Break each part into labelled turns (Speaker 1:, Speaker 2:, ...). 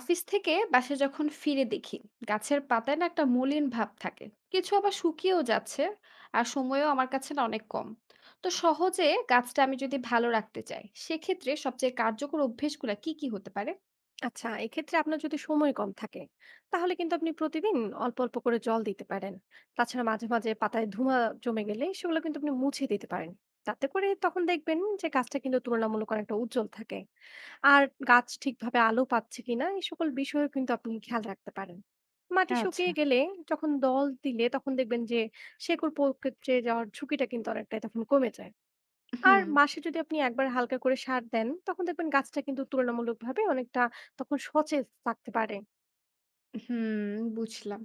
Speaker 1: Office থেকে বাসে যখন ফিরে দেখি গাছের পাতায় না একটা মলিন ভাব থাকে, কিছু আবার শুকিয়েও যাচ্ছে। আর সময়ও আমার কাছে না অনেক কম, তো সহজে গাছটা আমি যদি ভালো রাখতে চাই সেক্ষেত্রে সবচেয়ে কার্যকর অভ্যেসগুলো কি কি হতে পারে?
Speaker 2: আচ্ছা, এক্ষেত্রে আপনার যদি সময় কম থাকে তাহলে কিন্তু আপনি প্রতিদিন অল্প অল্প করে জল দিতে পারেন। তাছাড়া মাঝে মাঝে পাতায় ধুমা জমে গেলে সেগুলো কিন্তু আপনি মুছে দিতে পারেন। তাতে করে তখন দেখবেন যে গাছটা কিন্তু তুলনামূলক অনেকটা উজ্জ্বল থাকে। আর গাছ ঠিকভাবে আলো পাচ্ছে কিনা এই সকল বিষয়েও কিন্তু আপনি খেয়াল রাখতে পারেন। মাটি
Speaker 1: আচ্ছা।
Speaker 2: শুকিয়ে গেলে যখন দল দিলে তখন দেখবেন যে শেকড় পচে যাওয়ার ঝুঁকিটা কিন্তু অনেকটাই তখন কমে যায়। আর
Speaker 1: হুম।
Speaker 2: মাসে যদি আপনি একবার হালকা করে সার দেন, তখন দেখবেন গাছটা কিন্তু তুলনামূলকভাবে অনেকটা তখন সতেজ থাকতে পারে।
Speaker 1: হুম, বুঝলাম।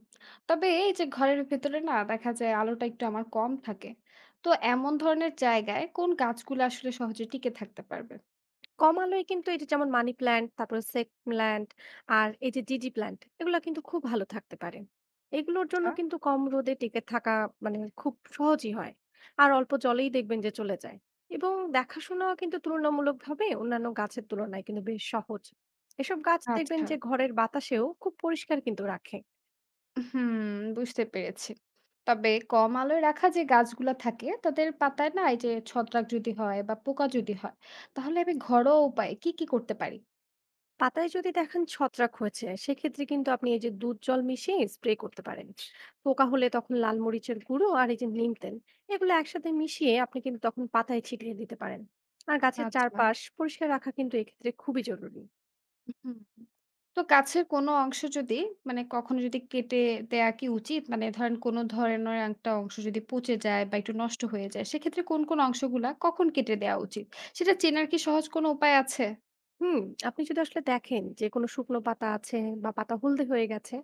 Speaker 1: তবে এই যে ঘরের ভেতরে না দেখা যায় আলোটা একটু আমার কম থাকে, তো এমন ধরনের জায়গায় কোন গাছগুলো আসলে সহজে টিকে থাকতে পারবে?
Speaker 2: কম আলোয় কিন্তু এই যে যেমন মানি প্ল্যান্ট, তারপরে সেক প্ল্যান্ট আর এই যে জিজি প্ল্যান্ট, এগুলা কিন্তু খুব ভালো থাকতে পারে। এগুলোর জন্য
Speaker 1: আচ্ছা।
Speaker 2: কিন্তু কম রোদে টিকে থাকা মানে খুব সহজই হয়। আর অল্প জলেই দেখবেন যে চলে যায়। এবং দেখাশোনাও কিন্তু তুলনামূলকভাবে অন্যান্য গাছের তুলনায় কিন্তু বেশ সহজ। এসব গাছ দেখবেন
Speaker 1: আচ্ছা।
Speaker 2: যে ঘরের বাতাসেও খুব পরিষ্কার কিন্তু রাখে।
Speaker 1: হুম, বুঝতে পেরেছি। তবে কম আলোয় রাখা যে গাছগুলা থাকে তাদের পাতায় না এই যে ছত্রাক যদি হয় বা পোকা যদি হয়, তাহলে আমি ঘরোয়া উপায়ে কি কি করতে পারি?
Speaker 2: পাতায় যদি দেখেন ছত্রাক হয়েছে সেক্ষেত্রে কিন্তু আপনি এই যে দুধ জল মিশিয়ে স্প্রে করতে পারেন। পোকা হলে তখন লাল মরিচের গুঁড়ো আর এই যে নিম তেল এগুলো একসাথে মিশিয়ে আপনি কিন্তু তখন পাতায় ছিটিয়ে দিতে পারেন। আর গাছের
Speaker 1: আচ্ছা,
Speaker 2: চারপাশ পরিষ্কার রাখা কিন্তু এক্ষেত্রে খুবই জরুরি।
Speaker 1: হুম। তো গাছের কোনো অংশ যদি মানে কখনো যদি কেটে দেয়া কি উচিত? মানে ধরেন কোনো ধরনের একটা অংশ যদি পচে যায় বা একটু নষ্ট হয়ে যায় সেক্ষেত্রে কোন কোন অংশগুলা কখন কেটে দেয়া উচিত? সেটা চেনার কি সহজ কোনো উপায় আছে?
Speaker 2: হুম। আপনি যদি আসলে দেখেন যে কোনো শুকনো পাতা আছে বা পাতা হলদে হয়ে গেছে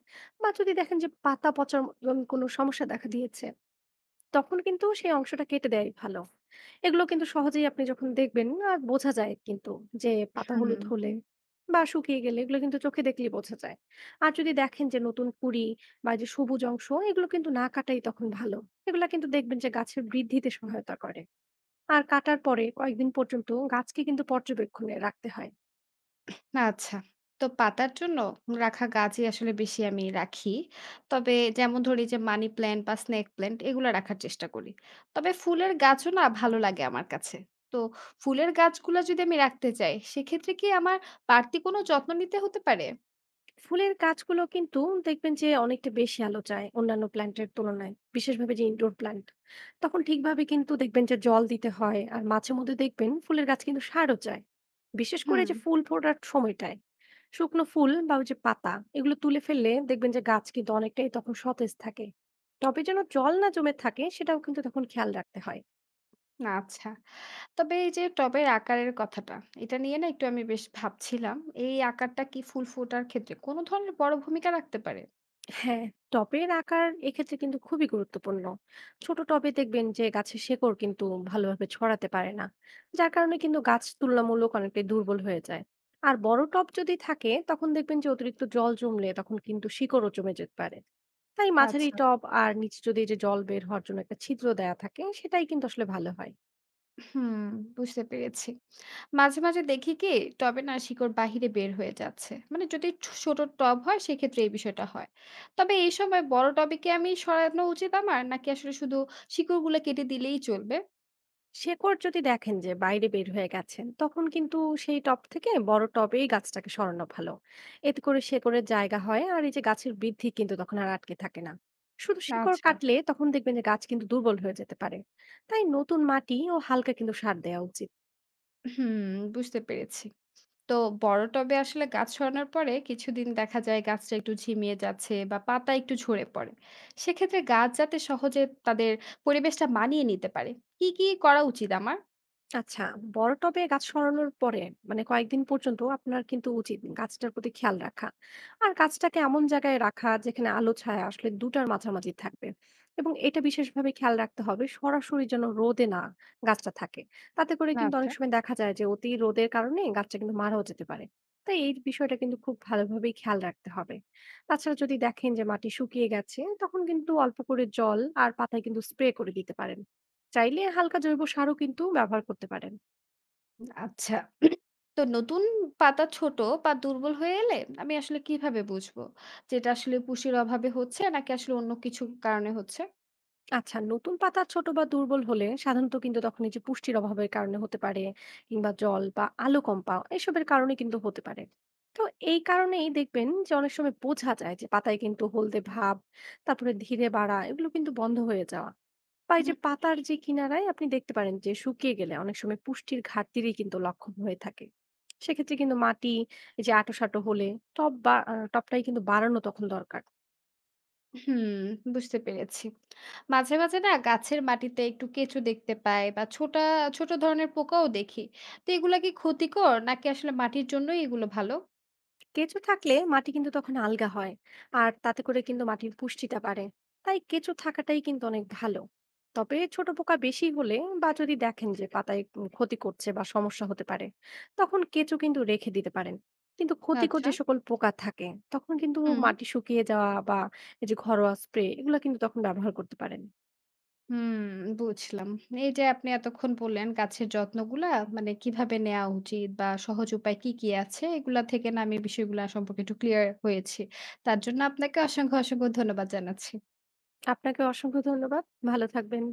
Speaker 2: বা যদি দেখেন যে পাতা পচার মতন কোনো সমস্যা দেখা দিয়েছে তখন কিন্তু সেই অংশটা কেটে দেয়াই ভালো। এগুলো কিন্তু সহজেই আপনি যখন দেখবেন আর বোঝা যায় কিন্তু যে পাতা
Speaker 1: হুম।
Speaker 2: হলুদ হলে বা শুকিয়ে গেলে এগুলো কিন্তু চোখে দেখলেই বোঝা যায়। আর যদি দেখেন যে নতুন কুঁড়ি বা এই যে সবুজ অংশ এগুলো কিন্তু না কাটাই তখন ভালো। এগুলা কিন্তু দেখবেন যে গাছের বৃদ্ধিতে সহায়তা করে। আর কাটার পরে কয়েকদিন পর্যন্ত গাছকে কিন্তু পর্যবেক্ষণে রাখতে হয়।
Speaker 1: না, আচ্ছা। তো পাতার জন্য রাখা গাছই আসলে বেশি আমি রাখি। তবে যেমন ধরি যে মানি প্ল্যান্ট বা স্নেক প্ল্যান্ট এগুলো রাখার চেষ্টা করি। তবে ফুলের গাছও না ভালো লাগে আমার কাছে। তো ফুলের গাছগুলো যদি আমি রাখতে চাই সেক্ষেত্রে কি আমার বাড়তি কোনো যত্ন নিতে হতে পারে?
Speaker 2: ফুলের গাছগুলো কিন্তু দেখবেন যে অনেকটা বেশি আলো চায় অন্যান্য প্ল্যান্টের তুলনায়, বিশেষভাবে যে ইনডোর প্ল্যান্ট। তখন ঠিকভাবে কিন্তু দেখবেন যে জল দিতে হয় আর মাঝে মধ্যে দেখবেন ফুলের গাছ কিন্তু সারও চায়, বিশেষ করে
Speaker 1: হুম,
Speaker 2: যে ফুল ফোটার সময়টায়। শুকনো ফুল বা ওই যে পাতা এগুলো তুলে ফেললে দেখবেন যে গাছ কিন্তু অনেকটাই তখন সতেজ থাকে। টবে যেন জল না জমে থাকে সেটাও কিন্তু তখন খেয়াল রাখতে হয়।
Speaker 1: আচ্ছা। তবে এই যে টবের আকারের কথাটা, এটা নিয়ে না একটু আমি বেশ ভাবছিলাম। এই আকারটা কি ফুল ফোটার ক্ষেত্রে কোনো ধরনের বড় ভূমিকা রাখতে পারে?
Speaker 2: হ্যাঁ, টবের আকার এক্ষেত্রে কিন্তু খুবই গুরুত্বপূর্ণ। ছোট টবে দেখবেন যে গাছের শেকড় কিন্তু ভালোভাবে ছড়াতে পারে না, যার কারণে কিন্তু গাছ তুলনামূলক অনেকটাই দুর্বল হয়ে যায়। আর বড় টব যদি থাকে তখন দেখবেন যে অতিরিক্ত জল জমলে তখন কিন্তু শিকড়ও জমে যেতে পারে। তাই মাঝারি
Speaker 1: আচ্ছা,
Speaker 2: টব আর নিচে যদি এই যে জল বের হওয়ার জন্য একটা ছিদ্র দেয়া থাকে সেটাই কিন্তু আসলে ভালো হয়।
Speaker 1: হুম, বুঝতে পেরেছি। মাঝে মাঝে দেখি কি টবে না শিকড় বাহিরে বের হয়ে যাচ্ছে। মানে যদি ছোট টব হয় সেক্ষেত্রে এই বিষয়টা হয়। তবে এই সময় বড় টবে কি আমি সরানো উচিত আমার? নাকি আসলে শুধু শিকড়গুলো কেটে দিলেই চলবে?
Speaker 2: শেকড় যদি দেখেন যে বাইরে বের হয়ে গেছেন তখন কিন্তু সেই টব থেকে বড় টবেই গাছটাকে সরানো ভালো। এতে করে শেকড়ের জায়গা হয় আর এই যে গাছের বৃদ্ধি কিন্তু তখন আর আটকে থাকে না। শুধু শিকড়
Speaker 1: আচ্ছা।
Speaker 2: কাটলে তখন দেখবেন যে গাছ কিন্তু দুর্বল হয়ে যেতে পারে। তাই নতুন মাটি ও হালকা কিন্তু সার দেওয়া উচিত।
Speaker 1: হুম, বুঝতে পেরেছি। তো বড় টবে আসলে গাছ সরানোর পরে কিছুদিন দেখা যায় গাছটা একটু ঝিমিয়ে যাচ্ছে বা পাতা একটু ঝরে পড়ে। সেক্ষেত্রে গাছ যাতে সহজে তাদের পরিবেশটা মানিয়ে নিতে পারে, কি কি করা উচিত আমার?
Speaker 2: আচ্ছা, বড় টবে গাছ সরানোর পরে মানে কয়েকদিন পর্যন্ত আপনার কিন্তু উচিত গাছটার প্রতি খেয়াল রাখা আর গাছটাকে এমন জায়গায় রাখা যেখানে আলো ছায়া আসলে দুটার মাঝামাঝি থাকবে। এবং এটা বিশেষভাবে খেয়াল রাখতে হবে সরাসরি যেন রোদে না গাছটা থাকে। তাতে করে কিন্তু অনেক
Speaker 1: আচ্ছা।
Speaker 2: সময় দেখা যায় যে অতি রোদের কারণে গাছটা কিন্তু মারাও যেতে পারে। তাই এই বিষয়টা কিন্তু খুব ভালোভাবেই খেয়াল রাখতে হবে। তাছাড়া যদি দেখেন যে মাটি শুকিয়ে গেছে তখন কিন্তু অল্প করে জল আর পাতায় কিন্তু স্প্রে করে দিতে পারেন। চাইলে হালকা জৈব সারও কিন্তু ব্যবহার করতে পারেন।
Speaker 1: আচ্ছা। তো নতুন পাতা ছোট বা দুর্বল হয়ে এলে আমি আসলে কিভাবে বুঝবো যে এটা আসলে পুষ্টির অভাবে হচ্ছে নাকি আসলে অন্য কিছু কারণে হচ্ছে?
Speaker 2: আচ্ছা, নতুন পাতা ছোট বা দুর্বল হলে সাধারণত কিন্তু তখন এই যে পুষ্টির অভাবের কারণে হতে পারে, কিংবা জল বা আলো কম পাওয়া এসবের কারণে কিন্তু হতে পারে। তো এই কারণেই দেখবেন যে অনেক সময় বোঝা যায় যে পাতায় কিন্তু হলদে ভাব, তারপরে ধীরে বাড়া এগুলো কিন্তু বন্ধ হয়ে যাওয়া, বা এই যে
Speaker 1: হুম।
Speaker 2: পাতার যে কিনারায় আপনি দেখতে পারেন যে শুকিয়ে গেলে অনেক সময় পুষ্টির ঘাটতিরই কিন্তু লক্ষণ হয়ে থাকে। সেক্ষেত্রে কিন্তু মাটি এই যে আঁটো সাঁটো হলে টব বা টবটাই কিন্তু বাড়ানো তখন দরকার।
Speaker 1: হুম, বুঝতে পেরেছি। মাঝে মাঝে না গাছের মাটিতে একটু কেঁচো দেখতে পাই বা ছোটা ছোট ধরনের পোকাও দেখি। তো এগুলা কি ক্ষতিকর নাকি আসলে মাটির জন্যই এগুলো ভালো?
Speaker 2: কেঁচো থাকলে মাটি কিন্তু তখন আলগা হয় আর তাতে করে কিন্তু মাটির পুষ্টিটা বাড়ে। তাই কেঁচো থাকাটাই কিন্তু অনেক ভালো। তবে ছোট পোকা বেশি হলে বা যদি দেখেন যে পাতায় ক্ষতি করছে বা সমস্যা হতে পারে তখন কেঁচো কিন্তু রেখে দিতে পারেন। কিন্তু ক্ষতিকর
Speaker 1: আচ্ছা।
Speaker 2: যে সকল পোকা থাকে তখন কিন্তু
Speaker 1: হুম।
Speaker 2: মাটি শুকিয়ে যাওয়া বা এই যে ঘরোয়া স্প্রে এগুলো কিন্তু তখন ব্যবহার করতে পারেন।
Speaker 1: হুম, বুঝলাম। এই যে আপনি এতক্ষণ বললেন গাছের যত্নগুলা মানে কিভাবে নেয়া উচিত বা সহজ উপায় কি কি আছে, এগুলা থেকে না আমি বিষয়গুলা সম্পর্কে একটু ক্লিয়ার হয়েছি। তার জন্য আপনাকে অসংখ্য ধন্যবাদ জানাচ্ছি।
Speaker 2: আপনাকে অসংখ্য ধন্যবাদ। ভালো থাকবেন।